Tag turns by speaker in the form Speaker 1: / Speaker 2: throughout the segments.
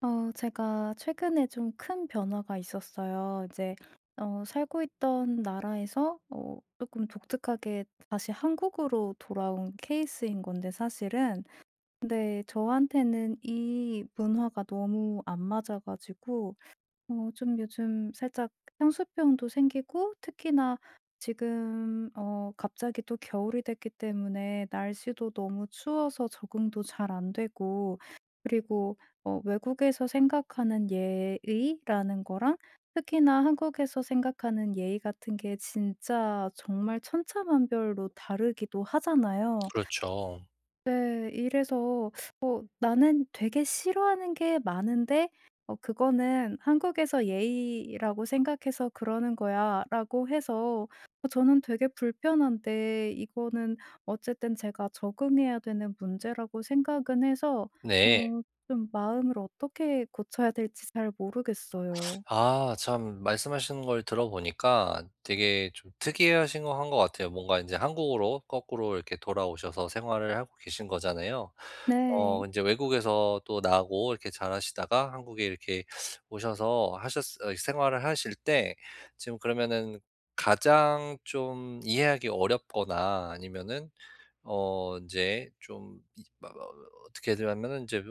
Speaker 1: 제가 최근에 좀 큰 변화가 있었어요. 살고 있던 나라에서 어금 독특하게 다시 한국으로 돌아온 케이스인 건데 사실은. 근데 저한테는 이 문화가 너무 안 맞아 가지고 좀 요즘 살짝 향수병도 생기고 특히나 지금 갑자기 또 겨울이 됐기 때문에 날씨도 너무 추워서 적응도 잘 안 되고. 그리고 외국에서 생각하는 예의라는 거랑 특히나 한국에서 생각하는 예의 같은 게 진짜 정말 천차만별로 다르기도 하잖아요.
Speaker 2: 그렇죠.
Speaker 1: 네, 이래서 나는 되게 싫어하는 게 많은데 그거는 한국에서 예의라고 생각해서 그러는 거야라고 해서 저는 되게 불편한데 이거는 어쨌든 제가 적응해야 되는 문제라고 생각은 해서
Speaker 2: 네.
Speaker 1: 어 좀 마음을 어떻게 고쳐야 될지 잘 모르겠어요.
Speaker 2: 아, 참, 말씀하시는 걸 들어보니까 되게 좀 특이하신 거 한 것 같아요. 뭔가 이제 한국으로 거꾸로 이렇게 돌아오셔서 생활을 하고 계신 거잖아요.
Speaker 1: 네.
Speaker 2: 이제 외국에서 또 나고 이렇게 잘하시다가 한국에 이렇게 오셔서 하셨 어 생활을 하실 때, 지금 그러면은 가장 좀 이해하기 어렵거나 아니면은 이제 좀이어 어떻게 하면은 이제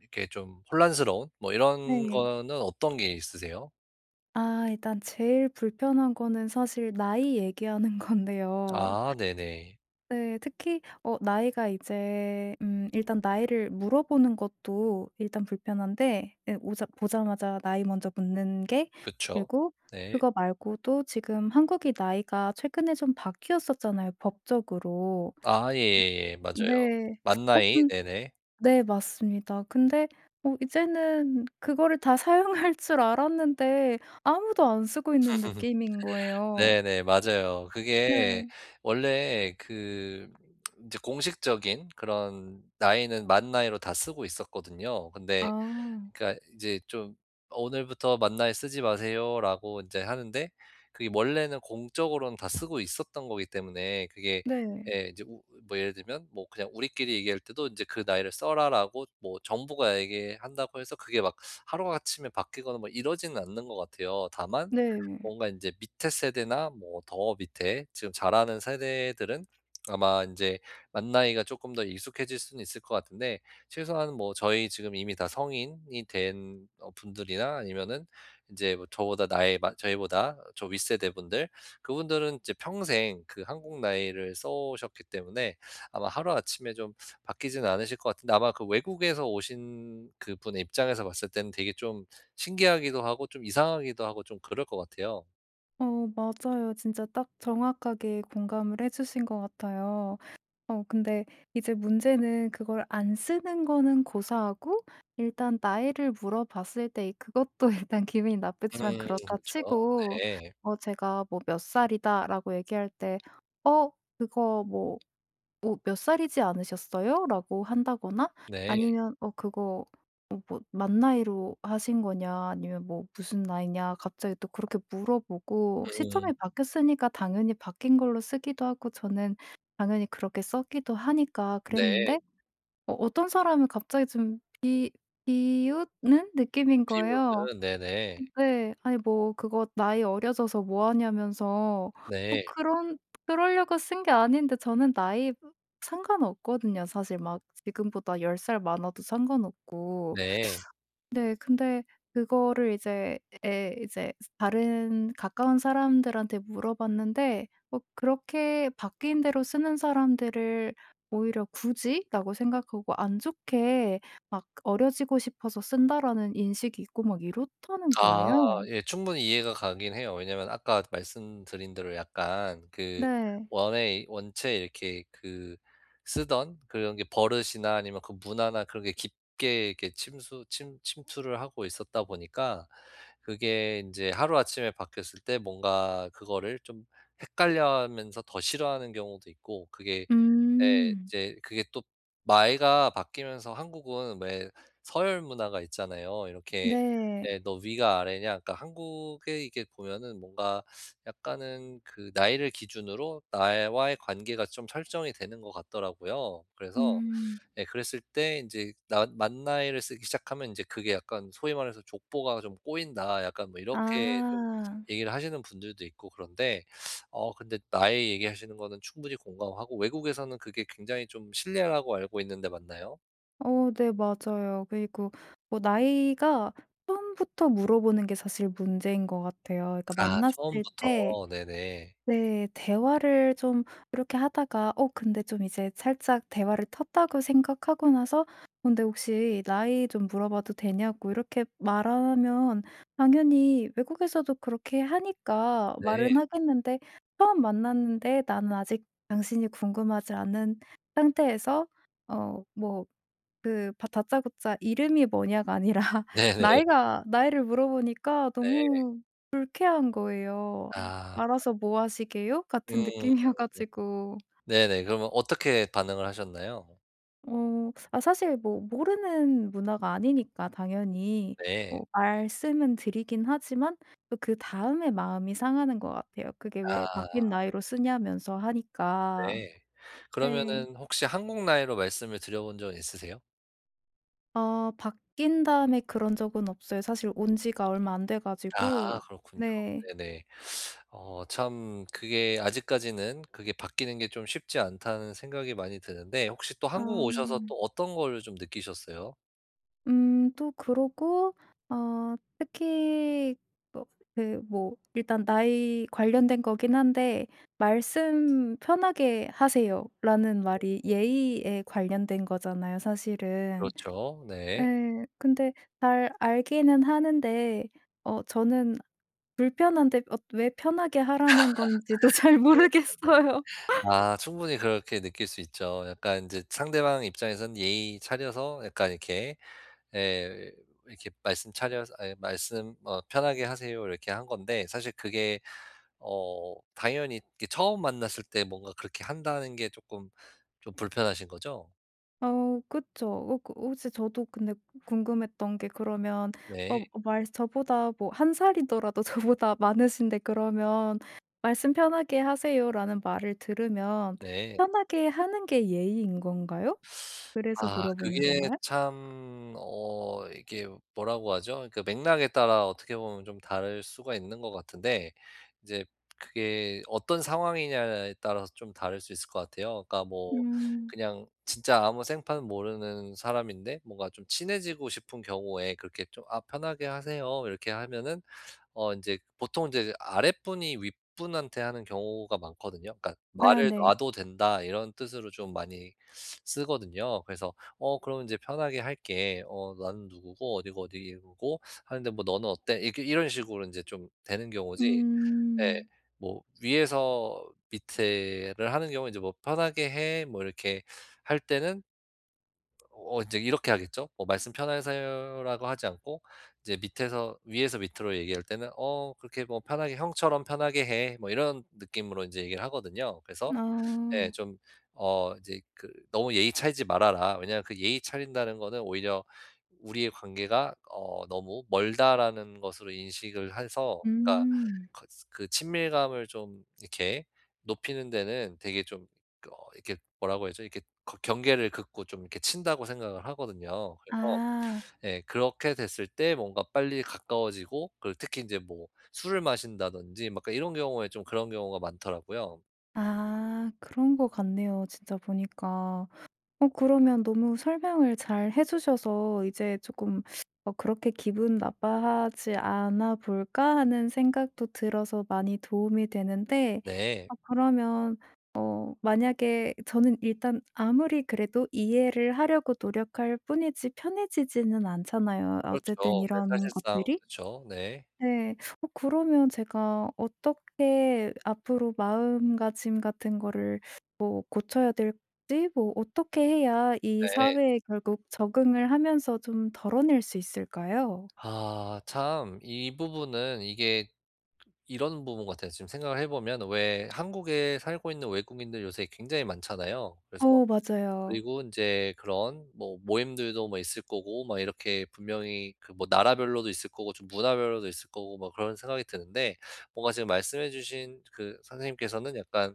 Speaker 2: 이렇게 좀 혼란스러운 뭐 이런, 네,
Speaker 1: 네,
Speaker 2: 거는 어떤 게 있으세요?
Speaker 1: 아 일단 제일 불편한 거는 사실 나이 얘기하는 건데요.
Speaker 2: 아 네네.
Speaker 1: 네, 특히 나이가 이제 일단 나이를 물어보는 것도 일단 불편한데 예 오자 보자마자 나이 먼저 묻는 게.
Speaker 2: 그쵸.
Speaker 1: 그리고
Speaker 2: 네.
Speaker 1: 그거 말고도 지금 한국이 나이가 최근에 좀 바뀌었었잖아요, 법적으로.
Speaker 2: 아 예예예. 맞아요.
Speaker 1: 네, 어
Speaker 2: 맞나이.
Speaker 1: 근
Speaker 2: 네네.
Speaker 1: 네 맞습니다. 근데 이제는 그거를 다 사용할 줄 알았는데 아무도 안 쓰고 있는 느낌인 거예요.
Speaker 2: 네네. 맞아요. 그게
Speaker 1: 네.
Speaker 2: 원래 그 이제 공식적인 그런 나이는 맞나이로 다 쓰고 있었거든요. 근데
Speaker 1: 아.
Speaker 2: 그러니까 이제 좀 "오늘부터 만나에 쓰지 마세요."라고 인제 하는데, 그게 원래는 공적으로는 다 쓰고 있었던 거기 때문에 그게
Speaker 1: 네.
Speaker 2: 예 이제 우 뭐 예를 들면 뭐 그냥 우리끼리 얘기할 때도 인제 "그 나이를 써라."라고 뭐 정부가 얘기한다고 해서 그게 막 하루아침에 바뀌거나 뭐 이러지는 않는 것 같아요. 다만
Speaker 1: 네,
Speaker 2: 뭔가 인제 밑에 세대나 뭐 더 밑에 지금 자라는 세대들은 아마 인제 만 나이가 쪼끔 더 익숙해질 수는 있을 것 같은데, 최소한 뭐 저희 지금 이미 다 성인이 된 분들이나 아니면은 이제 뭐 저희보다 저 윗세대 분들, 그분들은 이제 평생 그 한국 나이를 써 오셨기 때문에 아마 하루아침에 좀 바뀌지는 않으실 것 같은데, 아마 그 외국에서 오신 그분의 입장에서 봤을 때는 되게 좀 신기하기도 하고 좀 이상하기도 하고 좀 그럴 것 같아요.
Speaker 1: 어 맞아요. 진짜 딱 정확하게 공감을 해 주신 것 같아요. 근데 이제 문제는 그걸 안 쓰는 거는 고사하고 일단 나이를 물어봤을 때 그것도 일단 기분이
Speaker 2: 음
Speaker 1: 나쁘지만 그렇다
Speaker 2: 그렇죠.
Speaker 1: 치고
Speaker 2: 네.
Speaker 1: 제가 뭐 "몇 살이다." 라고 얘기할 때 "어 그거 뭐" "어 몇 살이지 않으셨어요?" 라고 한다거나
Speaker 2: 네. 네.
Speaker 1: 아니면 "어 그거 어 뭐만 나이로 하신 거냐?" 아니면 뭐 "무슨 나이냐?" 갑자기 또 그렇게 물어보고. 시점이
Speaker 2: 음.
Speaker 1: 바뀌었으니까 당연히 바뀐 걸로 쓰기도 하고 저는 당연히 그렇게 썼기도 하니까
Speaker 2: 네.
Speaker 1: 그랬는데 어떤 사람은 갑자기 좀 비 비웃는 느낌인 거예요.
Speaker 2: 비오는, 네네.
Speaker 1: 네, 아니 뭐 그거 "나이 어려져서 뭐 하냐."면서 뭐
Speaker 2: 네.
Speaker 1: 그런. 그러려고 쓴 게 아닌데 저는 나이 상관없거든요. 사실 막 지금보다 10살 많아도 상관없고.
Speaker 2: 네.
Speaker 1: 네. 근데 그거를 이제 다른 가까운 사람들한테 물어봤는데 뭐 그렇게 바뀐 대로 쓰는 사람들을 오히려 '굳이?'라고 생각하고 '안 좋게 막 어려지고 싶어서 쓴다.'라는 인식이 있고 막 이렇다는
Speaker 2: 아
Speaker 1: 거예요.
Speaker 2: 예 충분히 이해가 가긴 해요. 왜냐면 아까 말씀드린 대로 약간 그
Speaker 1: 네.
Speaker 2: 원에 원체 이렇게 그 쓰던 그런 게 버릇이나 아니면 그 문화나 그런 게 깊게 이렇게 침수 침 침투를 하고 있었다 보니까 그게 인제 하루아침에 바뀌었을 때 뭔가 그거를 좀 헷갈려 하면서 더 싫어하는 경우도 있고 그게 예.
Speaker 1: 음.
Speaker 2: 이제 그게 또 나이가 바뀌면서 한국은 왜 서열 문화가 있잖아요. 이렇게,
Speaker 1: 네.
Speaker 2: 네, "너 위가 아래냐." 그러니까 한국에 이게 보면은 뭔가 약간은 그 나이를 기준으로 나와의 관계가 좀 설정이 되는 것 같더라고요. 그래서
Speaker 1: 음.
Speaker 2: 예 그랬을 때 이제 나 만 나이를 쓰기 시작하면 이제 그게 약간 소위 말해서 "족보가 좀 꼬인다." 약간 뭐 이렇게 좀
Speaker 1: 아.
Speaker 2: 얘기를 하시는 분들도 있고 그런데, 근데 나이 얘기하시는 거는 충분히 공감하고 외국에서는 그게 굉장히 좀 신뢰라고 알고 있는데, 맞나요?
Speaker 1: 어 네 맞아요. 그리고 뭐 나이가 처음부터 물어보는 게 사실 문제인 것 같아요. 그러니까
Speaker 2: 아
Speaker 1: 만났을 때.
Speaker 2: 처음부터. 네네.
Speaker 1: 네, 대화를 좀 이렇게 하다가 근데 좀 이제 살짝 대화를 텄다고 생각하고 나서 어, "근데 혹시 나이 좀 물어봐도 되냐."고 이렇게 말하면 당연히 외국에서도 그렇게 하니까
Speaker 2: 네.
Speaker 1: 말은 하겠는데 처음 만났는데 나는 아직 당신이 궁금하지 않은 상태에서 어 뭐 그 바 다짜고짜 "이름이 뭐냐."가 아니라
Speaker 2: 네네.
Speaker 1: 나이가 나이를 물어보니까
Speaker 2: 네.
Speaker 1: 너무 불쾌한 거예요.
Speaker 2: 아.
Speaker 1: 알아서 뭐 하시게요? 같은
Speaker 2: 음.
Speaker 1: 느낌이어 가지고.
Speaker 2: 네네. 그러면 어떻게 반응을 하셨나요?
Speaker 1: 어 아 사실 뭐 모르는 문화가 아니니까 당연히
Speaker 2: 네.
Speaker 1: 뭐 말씀은 드리긴 하지만 또 그다음에 마음이 상하는 것 같아요. 그게 왜
Speaker 2: 아
Speaker 1: 바뀐 나이로 쓰냐면서 하니까.
Speaker 2: 네.
Speaker 1: 네,
Speaker 2: 그러면은 혹시 한국 나이로 말씀을 드려 본 적은 있으세요?
Speaker 1: 아 바뀐 다음에 그런 적은 없어요. 사실 온 지가 얼마 안 돼 가지고.
Speaker 2: 아 그렇군요.
Speaker 1: 네.
Speaker 2: 네네. 참 그게 아직까지는 그게 바뀌는 게 좀 쉽지 않다는 생각이 많이 드는데, 혹시 또
Speaker 1: 아.
Speaker 2: 한국 오셔서 또 어떤 거를 좀 느끼셨어요?
Speaker 1: 또 그러고 어 특히 뭐 그 뭐 일단 나이 관련된 거긴 한데 "말씀 편하게 하세요."라는 말이 예의에 관련된 거잖아요 사실은.
Speaker 2: 그렇죠. 네.
Speaker 1: 예. 근데 잘 알기는 하는데 저는 불편한데 어, 왜 편하게 하라는 건지도 잘
Speaker 2: 네.
Speaker 1: 모르겠어요.
Speaker 2: 아 충분히 그렇게 느낄 수 있죠. 약간 인제 상대방 입장에서는 예의 차려서 약간 이렇게 예 이렇게 말씀 차려서 아이 말씀 "편하게 하세요." 이렇게 한 건데, 사실 그게 당연히 이게 처음 만났을 때 뭔가 그렇게 한다는 게 쪼끔 좀 불편하신 거죠?
Speaker 1: 어 그쵸. 그 혹시 저도 근데 궁금했던 게 그러면 어 어,
Speaker 2: 네.
Speaker 1: 말 저보다 뭐 한 살이더라도 저보다 많으신데 그러면 "말씀 편하게 하세요."라는 말을 들으면
Speaker 2: 네.
Speaker 1: 편하게 하는 게 예의인 건가요? 그래서
Speaker 2: 아
Speaker 1: 물어보는
Speaker 2: 그게
Speaker 1: 건가요?
Speaker 2: 참 이게 뭐라고 하죠? 그 맥락에 따라 어떻게 보면 좀 다를 수가 있는 것 같은데, 이제 그게 어떤 상황이냐에 따라서 좀 다를 수 있을 것 같아요. 그러니까 뭐
Speaker 1: 음.
Speaker 2: 그냥 진짜 아무 생판 모르는 사람인데 뭔가 좀 친해지고 싶은 경우에 그렇게 좀 "아 편하게 하세요." 이렇게 하면은 이제 보통 이제 아랫분이 윗분한테 하는 경우가 많거든요. 그러니까
Speaker 1: 아
Speaker 2: "말을
Speaker 1: 네.
Speaker 2: 놔도 된다." 이런 뜻으로 좀 많이 쓰거든요. 그래서 "어 그럼 인제 편하게 할게. 어 나는 누구고 어디고 어디고 하는데 뭐 너는 어때?" 이렇게 이런 식으로 인제 좀 되는 경우지. 예
Speaker 1: 음.
Speaker 2: 뭐 위에서 밑에를 하는 경우 인제 뭐 "편하게 해." 뭐 이렇게 할 때는 이제 이렇게 하겠죠. 뭐 "말씀 편하세요."라고 하지 않고, 이제 밑에서 위에서 밑으로 얘기할 때는 "어 그렇게 뭐 편하게 형처럼 편하게 해." 뭐 이런 느낌으로 이제 얘기를 하거든요. 그래서 예
Speaker 1: 아.
Speaker 2: 좀 이제 그 "너무 예의 차리지 말아라." 왜냐하면 그 예의 차린다는 거는 오히려 우리의 관계가 너무 멀다라는 것으로 인식을 해서, 그러니까
Speaker 1: 음.
Speaker 2: 거 그 친밀감을 좀 이렇게 높이는 데는 되게 좀 그 이렇게, 뭐라고 해야죠, 이렇게 거 경계를 긋고 좀 이렇게 친다고 생각을 하거든요. 그래서
Speaker 1: 아.
Speaker 2: 예 그렇게 됐을 때 뭔가 빨리 가까워지고, 그리고 특히 이제 뭐 술을 마신다든지 막 그러니까 이런 경우에 좀 그런 경우가 많더라고요.
Speaker 1: 아 그런 거 같네요 진짜 보니까. 어 그러면 너무 설명을 잘 해 주셔서 이제 조금 '그렇게 기분 나빠하지 않아 볼까?' 하는 생각도 들어서 많이 도움이 되는데
Speaker 2: 네.
Speaker 1: 어 그러면 만약에 저는 일단 아무리 그래도 이해를 하려고 노력할 뿐이지 편해지지는 않잖아요 어쨌든
Speaker 2: 그렇죠. 네
Speaker 1: 이런
Speaker 2: 사실상
Speaker 1: 것들이.
Speaker 2: 그쵸. 네.
Speaker 1: 네, 어 그러면 제가 어떻게 앞으로 마음가짐 같은 거를 뭐 고쳐야 될지 뭐 어떻게 해야 이
Speaker 2: 네.
Speaker 1: 사회에 결국 적응을 하면서 좀 덜어낼 수 있을까요?
Speaker 2: 아 참 이 부분은 이게 이런 부분 같아요. 지금 생각을 해 보면 왜 한국에 살고 있는 외국인들 요새 굉장히 많잖아요. 그래서
Speaker 1: 어 맞아요.
Speaker 2: 그리고 인제 그런 뭐 모임들도 뭐 있을 거고 막 이렇게 분명히 그 뭐 나라별로도 있을 거고 좀 문화별로도 있을 거고 막 그런 생각이 드는데, 뭔가 지금 말씀해 주신 그 선생님께서는 약간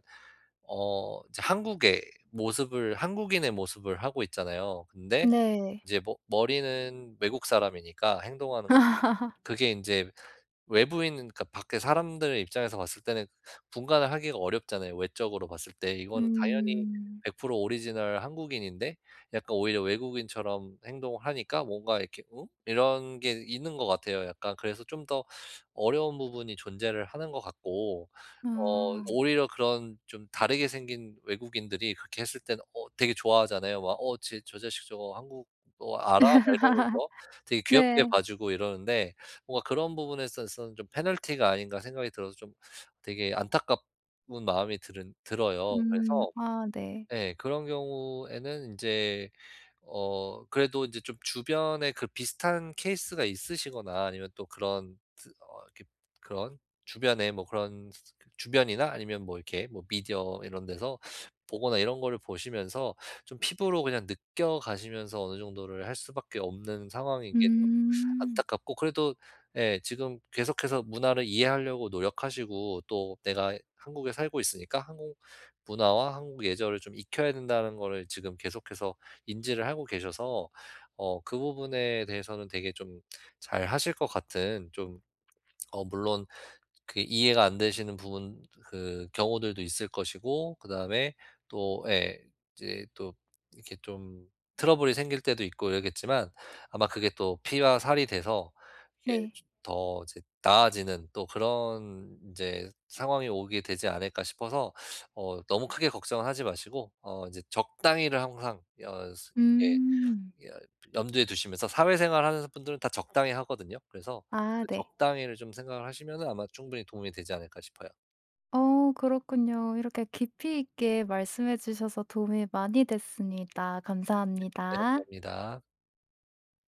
Speaker 2: 이제 한국의 모습을 한국인의 모습을 하고 있잖아요. 근데
Speaker 1: 네.
Speaker 2: 이제 머 머리는 외국 사람이니까 행동하는 것, 그게 인제 외부인, 그러니까 밖에 사람들의 입장에서 봤을 때는 분간을 하기가 어렵잖아요, 외적으로 봤을 때. 이거는 당연히
Speaker 1: 음.
Speaker 2: 100% 오리지널 한국인인데 약간 오히려 외국인처럼 행동을 하니까 뭔가 이렇게 '응?' 이런 게 있는 것 같아요. 약간 그래서 좀 더 어려운 부분이 존재를 하는 것 같고,
Speaker 1: 아.
Speaker 2: 오히려 그런 좀 다르게 생긴 외국인들이 그렇게 했을 때는 되게 좋아하잖아요. 막 "어 쟤 저 자식 저거 한국어 알아?" 막 이러면서 되게 귀엽게
Speaker 1: 네.
Speaker 2: 봐 주고 이러는데, 뭔가 그런 부분에 있어서는 좀 '페널티가 아닌가.' 생각이 들어서 좀 되게 안타까운 마음이 들은 들어요.
Speaker 1: 음.
Speaker 2: 그래서
Speaker 1: 아 네.
Speaker 2: 네. 그런 경우에는 이제 그래도 이제 좀 주변에 그 비슷한 케이스가 있으시거나 아니면 또 그런 드 어 이렇게 그런 주변에 뭐 그런 그 주변이나 아니면 뭐 이렇게 뭐 미디어 이런 데서 보거나 이런 거를 보시면서 좀 피부로 그냥 느껴가시면서 어느 정도를 할 수밖에 없는 상황인 게 좀
Speaker 1: 음.
Speaker 2: 안타깝고, 그래도 예 지금 계속해서 문화를 이해하려고 노력하시고 또 내가 한국에 살고 있으니까 한국 문화와 한국 예절을 좀 익혀야 된다는 거를 지금 계속해서 인지를 하고 계셔서 그 부분에 대해서는 되게 좀 잘하실 것 같은 좀, 물론 그 이해가 안 되시는 부분, 그 경우들도 있을 것이고, 그다음에 또 예 이제 또 이렇게 좀 트러블이 생길 때도 있고 이러겠지만 아마 그게 또 피와 살이 돼서 이렇게
Speaker 1: 네.
Speaker 2: 더 이제 나아지는 또 그런 인제 상황이 오게 되지 않을까 싶어서, 너무 크게 걱정은 하지 마시고, 이제 적당히를 항상 어스예
Speaker 1: 음.
Speaker 2: 예, 염두에 두시면서, 사회생활 하는 분들은 다 적당히 하거든요. 그래서
Speaker 1: 아
Speaker 2: 그
Speaker 1: 네.
Speaker 2: 적당히를 좀 생각을 하시면은 아마 충분히 도움이 되지 않을까 싶어요.
Speaker 1: 어 그렇군요. 이렇게 깊이 있게 말씀해 주셔서 도움이 많이 됐습니다.
Speaker 2: 네,
Speaker 1: 감사합니다.
Speaker 2: 감사합니다.